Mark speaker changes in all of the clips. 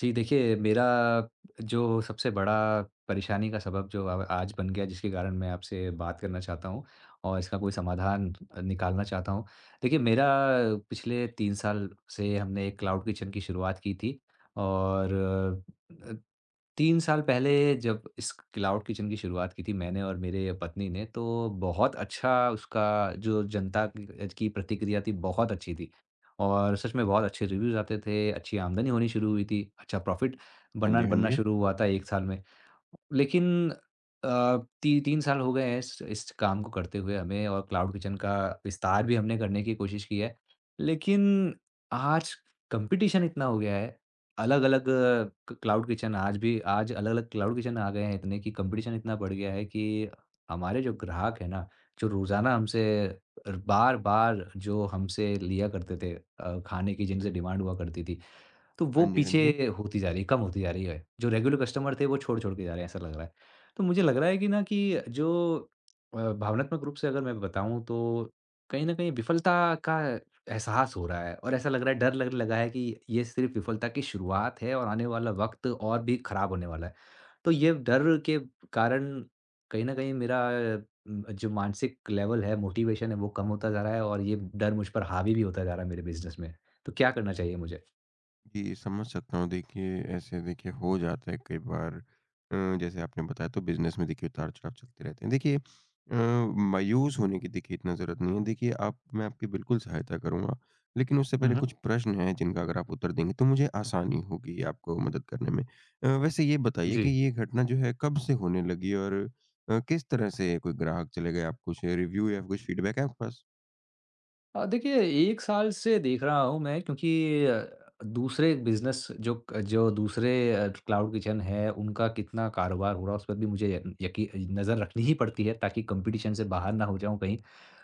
Speaker 1: जी, देखिए मेरा जो सबसे बड़ा परेशानी का सबब जो आज बन गया, जिसके कारण मैं आपसे बात करना चाहता हूँ और इसका कोई समाधान निकालना चाहता हूँ। देखिए, मेरा पिछले 3 साल से हमने एक क्लाउड किचन की शुरुआत की थी, और 3 साल पहले जब इस क्लाउड किचन की शुरुआत की थी मैंने और मेरे पत्नी ने, तो बहुत अच्छा उसका जो जनता की प्रतिक्रिया थी, बहुत अच्छी थी। और सच में बहुत अच्छे रिव्यूज़ आते थे, अच्छी आमदनी होनी शुरू हुई थी, अच्छा प्रॉफ़िट
Speaker 2: हाँ
Speaker 1: बनना
Speaker 2: जी, हाँ
Speaker 1: बनना
Speaker 2: जी।
Speaker 1: शुरू हुआ था 1 साल में। लेकिन अ, ती 3 साल हो गए हैं इस काम को करते हुए हमें, और क्लाउड किचन का विस्तार भी हमने करने की कोशिश की है। लेकिन आज कॉम्पिटिशन इतना हो गया है, अलग-अलग क क्लाउड किचन आज भी आज अलग-अलग क्लाउड किचन आ गए हैं इतने कि कॉम्पिटिशन इतना बढ़ गया है कि हमारे जो ग्राहक हैं ना, जो रोज़ाना हमसे बार-बार जो हमसे लिया करते थे, खाने की जिनसे डिमांड हुआ करती थी, तो वो
Speaker 2: हाँ जी, हाँ जी।
Speaker 1: पीछे होती जा रही है, कम होती जा रही है। जो रेगुलर कस्टमर थे, वो छोड़-छोड़ के जा रहे हैं, ऐसा लग रहा है। तो मुझे लग रहा है कि ना कि जो भावनात्मक रूप से अगर मैं बताऊँ, तो कहीं न कहीं विफलता का एहसास हो रहा है, और ऐसा लग रहा है, डर लगने लगा है कि ये सिर्फ़ विफलता की शुरुआत है और आने वाला वक़्त और भी ख़राब होने वाला है। तो ये डर के कारण कहीं न कहीं मेरा जो मानसिक लेवल है, मोटिवेशन है, वो कम होता जा रहा है, और ये डर मुझ पर हावी भी होता जा रहा है मेरे बिज़नेस में। तो क्या करना चाहिए मुझे?
Speaker 2: जी, समझ सकता हूँ। देखिए, ऐसे देखिए हो जाता है कई बार। जैसे आपने बताया, तो बिज़नेस में देखिए उतार-चढ़ाव चलते रहते हैं। देखिए, मायूस होने की देखिए इतना ज़रूरत नहीं है। देखिए, आप, मैं आपकी बिल्कुल सहायता करूँगा, लेकिन उससे
Speaker 1: हुँ,
Speaker 2: पहले कुछ
Speaker 1: हुँ।
Speaker 2: प्रश्न हैं, जिनका अगर आप उत्तर देंगे तो मुझे आसानी होगी आपको मदद करने में। वैसे ये बताइए कि
Speaker 1: जी।
Speaker 2: ये घटना जो है कब से होने लगी और किस तरह से कोई ग्राहक चले गए? आप कुछ रिव्यू या कुछ फीडबैक है आपके पास?
Speaker 1: देखिए, 1 साल से देख रहा हूँ मैं, क्योंकि दूसरे बिज़नेस, जो दूसरे क्लाउड किचन है, उनका कितना कारोबार हो रहा है, उस पर भी मुझे यक यकी नज़र रखनी ही पड़ती है, ताकि कॉम्पिटिशन से बाहर ना हो जाऊँ कहीं।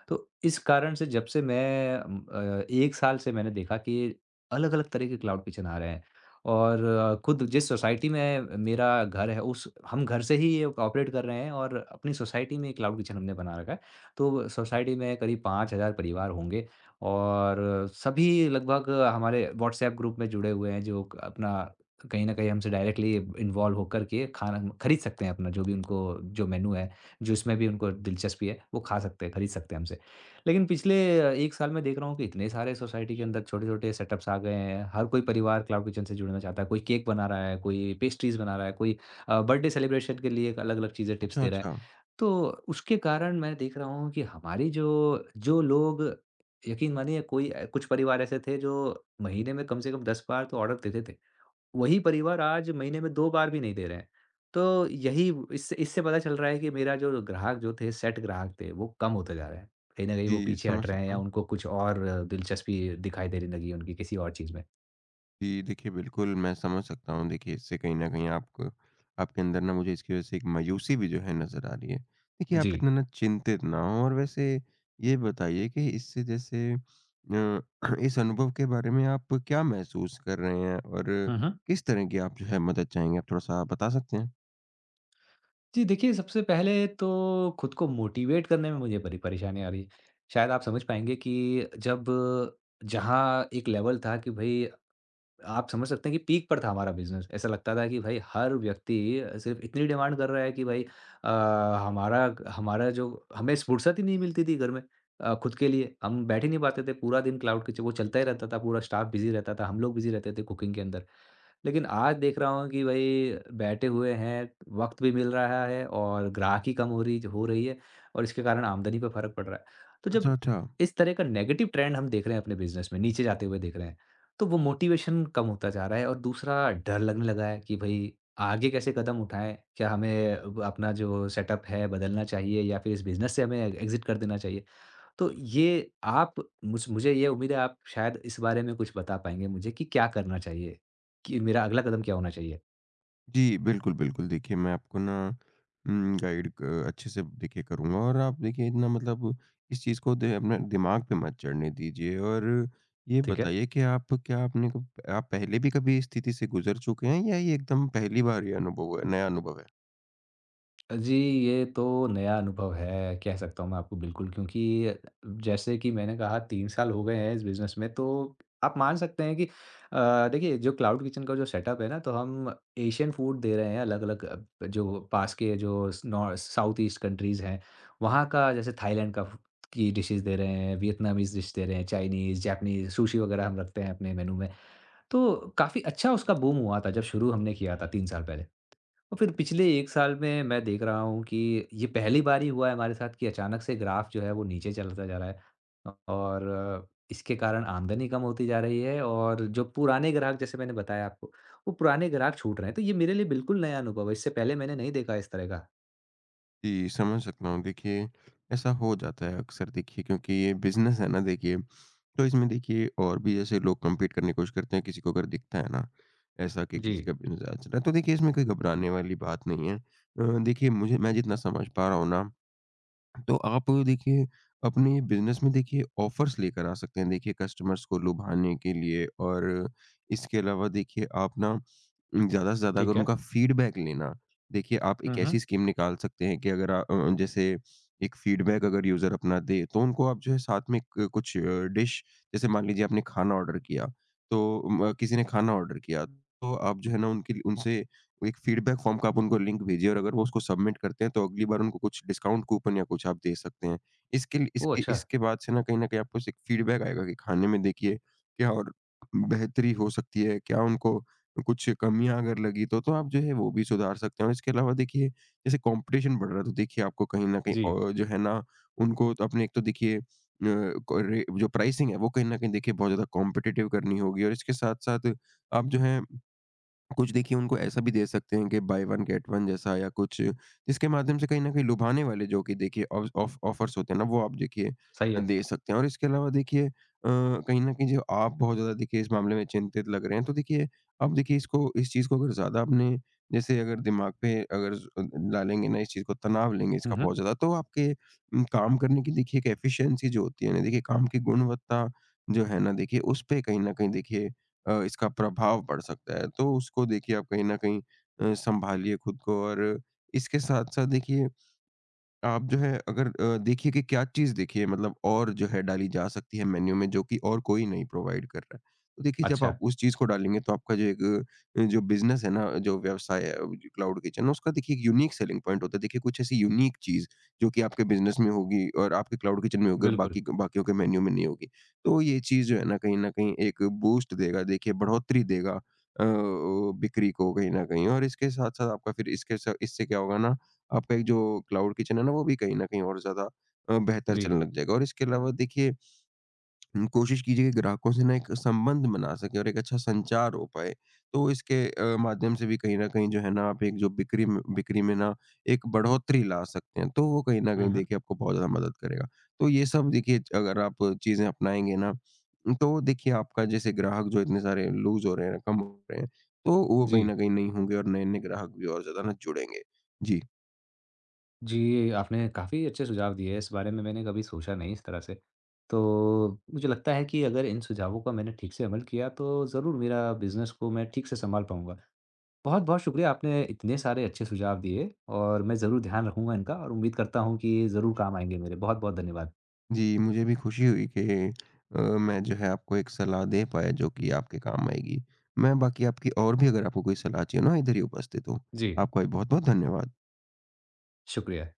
Speaker 1: तो इस कारण से जब से मैं 1 साल से मैंने देखा कि अलग-अलग तरह के क्लाउड किचन आ रहे हैं, और खुद जिस सोसाइटी में मेरा घर है, उस हम घर से ही ये ऑपरेट कर रहे हैं, और अपनी सोसाइटी में ये क्लाउड किचन हमने बना रखा है। तो सोसाइटी में करीब 5,000 परिवार होंगे, और सभी लगभग हमारे व्हाट्सएप ग्रुप में जुड़े हुए हैं, जो क अपना, कहीं न कहीं हमसे डायरेक्टली इन्वॉल्व होकर के खाना खरीद सकते हैं, अपना जो भी उनको, जो मेनू है, जो इसमें भी उनको दिलचस्पी है, वो खा सकते हैं, खरीद सकते हैं हमसे। लेकिन पिछले 1 साल में देख रहा हूँ कि इतने सारे सोसाइटी के अंदर छोटे-छोटे सेटअप्स आ गए हैं। हर कोई परिवार क्लाउड किचन से जुड़ना चाहता है, कोई केक बना रहा है, कोई पेस्ट्रीज़ बना रहा है, कोई बर्थडे सेलिब्रेशन के लिए अलग-अलग चीज़ें, टिप्स
Speaker 2: अच्छा,
Speaker 1: दे रहा है।
Speaker 2: अच्छा।
Speaker 1: तो उसके कारण मैं देख रहा हूँ कि हमारी जो जो लोग, यकीन मानिए कोई, कुछ परिवार ऐसे थे जो महीने में कम से कम 10 बार तो ऑर्डर देते थे। वही परिवार आज महीने में 2 बार भी नहीं दे रहे हैं। तो यही, इससे इससे पता चल रहा है कि मेरा जो ग्राहक, जो थे, सेट ग्राहक थे, वो कम होते जा रहे हैं। कहीं न कहीं वो
Speaker 2: जी,
Speaker 1: पीछे
Speaker 2: समझ
Speaker 1: हट रहे हैं,
Speaker 2: सकता
Speaker 1: या
Speaker 2: हूँ।
Speaker 1: उनको कुछ और दिलचस्पी दिखाई देने लगी है, उनकी किसी और चीज़ में।
Speaker 2: जी, देखिए, बिल्कुल मैं समझ सकता हूँ। देखिए, इससे कहीं न कहीं आपको, आपके अंदर ना मुझे इसकी वज़ह से एक मायूसी भी जो है नज़र आ रही है। देखिए, आप
Speaker 1: जी।
Speaker 2: इतना ना चिंतित ना हों और वैसे ये बताइए कि इससे जैसे इस अनुभव के बारे में आप क्या महसूस कर रहे हैं और
Speaker 1: हुँ, हुँ।
Speaker 2: किस तरह की आप जो है मदद चाहेंगे? आप थोड़ा-सा बता सकते हैं?
Speaker 1: जी, देखिए, सबसे पहले तो खुद को मोटिवेट करने में मुझे बड़ी परेशानी आ रही है। शायद आप समझ पाएँगे कि जब जहाँ एक लेवल था कि भई, आप समझ सकते हैं कि पीक पर था हमारा बिज़नेस। ऐसा लगता था कि भई हर व्यक्ति सिर्फ़ इतनी डिमांड कर रहा है कि भई, हमारा हमारा जो, हमें फुर्सत ही नहीं मिलती थी घर में, खुद के लिए। हम बैठ ही नहीं पाते थे, पूरा दिन क्लाउड किचन वो चलता ही रहता था, पूरा स्टाफ बिज़ी रहता था, हम लोग बिज़ी रहते थे कुकिंग के अंदर। लेकिन आज देख रहा हूँ कि भई, बैठे हुए हैं, वक़्त भी मिल रहा है, और ग्राहकी कम हो रही है, और इसके कारण आमदनी पे फ़र्क पड़ रहा है। तो
Speaker 2: अच्छा,
Speaker 1: जब
Speaker 2: अच्छा।
Speaker 1: इस तरह का नेगेटिव ट्रेंड हम देख रहे हैं अपने बिज़नेस में, नीचे जाते हुए देख रहे हैं, तो वो मोटिवेशन कम होता जा रहा है, और दूसरा, डर लगने लगा है कि भई आगे कैसे कदम उठाएँ? क्या हमें ब अपना जो सेटअप है बदलना चाहिए, या फिर इस बिज़नेस से हमें एग्ज़िट कर देना चाहिए? तो ये आप, मुझे ये उम्मीद है, आप शायद इस बारे में कुछ बता पाएँगे मुझे कि क्या करना चाहिए? कि मेरा अगला कदम क्या होना चाहिए?
Speaker 2: जी, बिल्कुल, बिल्कुल। देखिए, मैं आपको ना गाइड क अच्छे से देखिए करूँगा और आप देखिए इतना मतलब इस चीज़ को दे अपने दिमाग पे मत चढ़ने दीजिए। और ये
Speaker 1: ठीक है।
Speaker 2: बताइए कि आप क्या, आपने कब, आप पहले भी कभी इस स्थिति से गुज़र चुके हैं या ये एकदम पहली बार ये अनुभव हुआ है, नया अनुभव है?
Speaker 1: जी, ये तो नया अनुभव है, कह सकता हूँ मैं आपको बिल्कुल, क्योंकि जैसे कि मैंने कहा, 3 साल हो गए हैं इस बिज़नेस में, तो आप मान सकते हैं कि देखिए, जो क्लाउड किचन का जो सेटअप है ना, तो हम एशियन फूड दे रहे हैं, अलग-अलग, जो पास के, जो स नॉ साउथ ईस्ट कंट्रीज़ हैं, वहाँ का, जैसे थाईलैंड का फ की डिशेज़ दे रहे हैं, वियतनामीज़ डिश दे रहे हैं, चाइनीज़, जापानीज़, सुशी वगैरह हम रखते हैं अपने मेनू में। तो काफ़ी अच्छा उसका बूम हुआ था जब शुरू हमने किया था 3 साल पहले। और फिर पिछले 1 साल में मैं देख रहा हूँ कि ये पहली बार ही हुआ है हमारे साथ कि अचानक से ग्राफ़ जो है, वो नीचे चलता जा रहा है। और इसके कारण आमदनी कम होती जा रही है, और जो पुराने ग्राहक, जैसे मैंने बताया आपको, वो पुराने ग्राहक छूट रहे हैं। तो ये मेरे लिए बिल्कुल नया अनुभव है, इससे पहले मैंने नहीं देखा इस तरह का।
Speaker 2: जी, समझ सकता हूँ। देखिए, ऐसा हो जाता है अक्सर देखिए, क्योंकि ये बिज़नेस है ना देखिए, तो इसमें देखिए और भी जैसे लोग कम्पीट करने की कोशिश करते हैं, किसी को अगर दिखता है ना, ऐसा कि
Speaker 1: जी,
Speaker 2: किसी का बिज़नेस ज़्यादा चल रहा है, तो देखिए इसमें कोई घबराने वाली बात नहीं है। देखिए, मुझे, मैं जितना समझ पा रहा हूँ ना, तो आप देखिए अपने बिज़नेस में देखिए ऑफ़र्स लेकर आ सकते हैं देखिए कस्टमर्स को लुभाने के लिए। और इसके अलावा देखिए आप ना ज़्यादा से ज़्यादा अगर
Speaker 1: ठीक है।
Speaker 2: उनका फ़ीडबैक लेना, देखिए आप एक
Speaker 1: हुँ, हुँ।
Speaker 2: ऐसी स्कीम निकाल सकते हैं कि अगर आ जैसे एक फ़ीडबैक अगर यूज़र अपना दे, तो उनको आप जो है साथ में क कुछ डिश, जैसे मान लीजिए आपने खाना ऑर्डर किया, तो म किसी ने खाना ऑर्डर किया, तो आप जो है ना उनके लिए, उनसे एक फीडबैक फॉर्म का आप उनको लिंक भेजिए और अगर वो उसको सबमिट करते हैं, तो अगली बार उनको कुछ डिस्काउंट कूपन या कुछ आप दे सकते हैं। इसके लि
Speaker 1: ओह!
Speaker 2: इसके
Speaker 1: अच्छा,
Speaker 2: इसके बाद से ना कहीं न कहीं आपको एक फीडबैक आएगा कि खाने में देखिए क्या और बेहतरी हो सकती है, क्या उनको कुछ कमियाँ अगर लगी तो आप जो है वो भी सुधार सकते हैं। और इसके अलावा देखिए, जैसे कॉम्पिटिशन बढ़ रहा है, तो देखिए आपको कहीं न कहीं
Speaker 1: जी,
Speaker 2: जो है ना, उनको, तो अपने एक तो देखिए क रे जो प्राइसिंग है वो कहीं न कहीं देखिए बहुत ज़्यादा कॉम्पिटिटिव करनी होगी। और इसके साथ-साथ आप जो है कुछ देखिए उनको ऐसा भी दे सकते हैं कि बाय वन गेट वन जैसा, या कुछ जिसके माध्यम से कहीं न कहीं लुभाने वाले जो कि देखिए ऑफ ऑफ ऑफर्स होते हैं ना, वो आप देखिए
Speaker 1: सही है।
Speaker 2: दे सकते हैं। और इसके अलावा देखिए, कहीं न कहीं जो आप बहुत ज़्यादा देखिए इस मामले में चिंतित लग रहे हैं, तो देखिए आप देखिए इसको, इस चीज़ को अगर ज़्यादा अपने, जैसे अगर दिमाग पे अगर डालेंगे ना इस चीज़ को, तनाव लेंगे
Speaker 1: हुँ,
Speaker 2: इसका बहुत
Speaker 1: हुँ।
Speaker 2: ज़्यादा, तो आपके काम करने की देखिए एक एफिशिएंसी जो होती है ना, देखिए काम की गुणवत्ता जो है ना, देखिए उस पे कहीं न कहीं देखिए इसका प्रभाव पड़ सकता है। तो उसको देखिए आप कहीं न कहीं सँभालिए खुद को। और इसके साथ-साथ देखिए आप जो है अगर देखिए कि क्या चीज़ देखिए मतलब और जो है डाली जा सकती है मेन्यू में, जो कि और कोई नहीं प्रोवाइड कर रहा है। तो देखिए जब
Speaker 1: अच्छा,
Speaker 2: आप उस चीज़ को डालेंगे, तो आपका जो एक जो बिज़नेस है ना, जो व्यवसाय है, क्लाउड किचन, उसका देखिए एक यूनिक सेलिंग पॉइंट होता है। देखिए कुछ ऐसी यूनिक चीज़ जो कि आपके बिज़नेस में होगी और आपके क्लाउड किचन में होगी और
Speaker 1: बिल्कुल,
Speaker 2: बाकी बाकियों के मेन्यू में नहीं होगी। तो ये चीज़ जो है ना, कहीं न कहीं एक बूस्ट देगा, देखिए बढ़ोतरी देगा अ, बिक्री को कहीं न कहीं। और इसके साथ-साथ आपका फिर इसके स इससे क्या होगा ना, आपका एक जो क्लाउड किचन है ना, वो भी कहीं न कहीं और ज़्यादा बेहतर
Speaker 1: जी।
Speaker 2: चलने लग जाएगा। और इसके अलावा देखिए, कोशिश कीजिए कि ग्राहकों से ना एक संबंध बना सकें और एक अच्छा संचार हो पाए। तो इसके माध्यम से भी कहीं न कहीं जो है ना, आप एक जो बिक्री में ना एक बढ़ोतरी ला सकते हैं, तो वो कहीं न
Speaker 1: हुँ,
Speaker 2: कहीं
Speaker 1: हुँ,
Speaker 2: देखिए आपको बहुत ज़्यादा मदद करेगा। तो ये सब देखिए अगर आप चीज़ें अपनाएँगे ना, तो देखिए आपका जैसे ग्राहक जो इतने सारे लूज़ हो रहे हैं, कम हो रहे हैं, तो वो कहीं
Speaker 1: जी।
Speaker 2: न कहीं नहीं होंगे और नए-नए ग्राहक भी और ज़्यादा ना जुड़ेंगे। जी।
Speaker 1: जी, आपने काफ़ी अच्छे सुझाव दिए हैं। इस बारे में मैंने कभी सोचा नहीं इस तरह से। तो मुझे लगता है कि अगर इन सुझावों का मैंने ठीक से अमल किया, तो ज़रूर मेरा बिज़नेस को मैं ठीक से संभाल पाऊँगा। बहुत-बहुत शुक्रिया, आपने इतने सारे अच्छे सुझाव दिए, और मैं ज़रूर ध्यान रखूँगा इनका, और उम्मीद करता हूँ कि ये ज़रूर काम आएँगे मेरे। बहुत-बहुत धन्यवाद।
Speaker 2: जी, मुझे भी खुशी हुई कि मैं जो है आपको एक सलाह दे पाया जो कि आपके काम आएगी। मैं बाकी आपकी और भी अगर आपको कोई सलाह चाहिए हो ना, इधर ही उपस्थित हूँ।
Speaker 1: जी,
Speaker 2: आपका भी बहुत-बहुत धन्यवाद।
Speaker 1: शुक्रिया।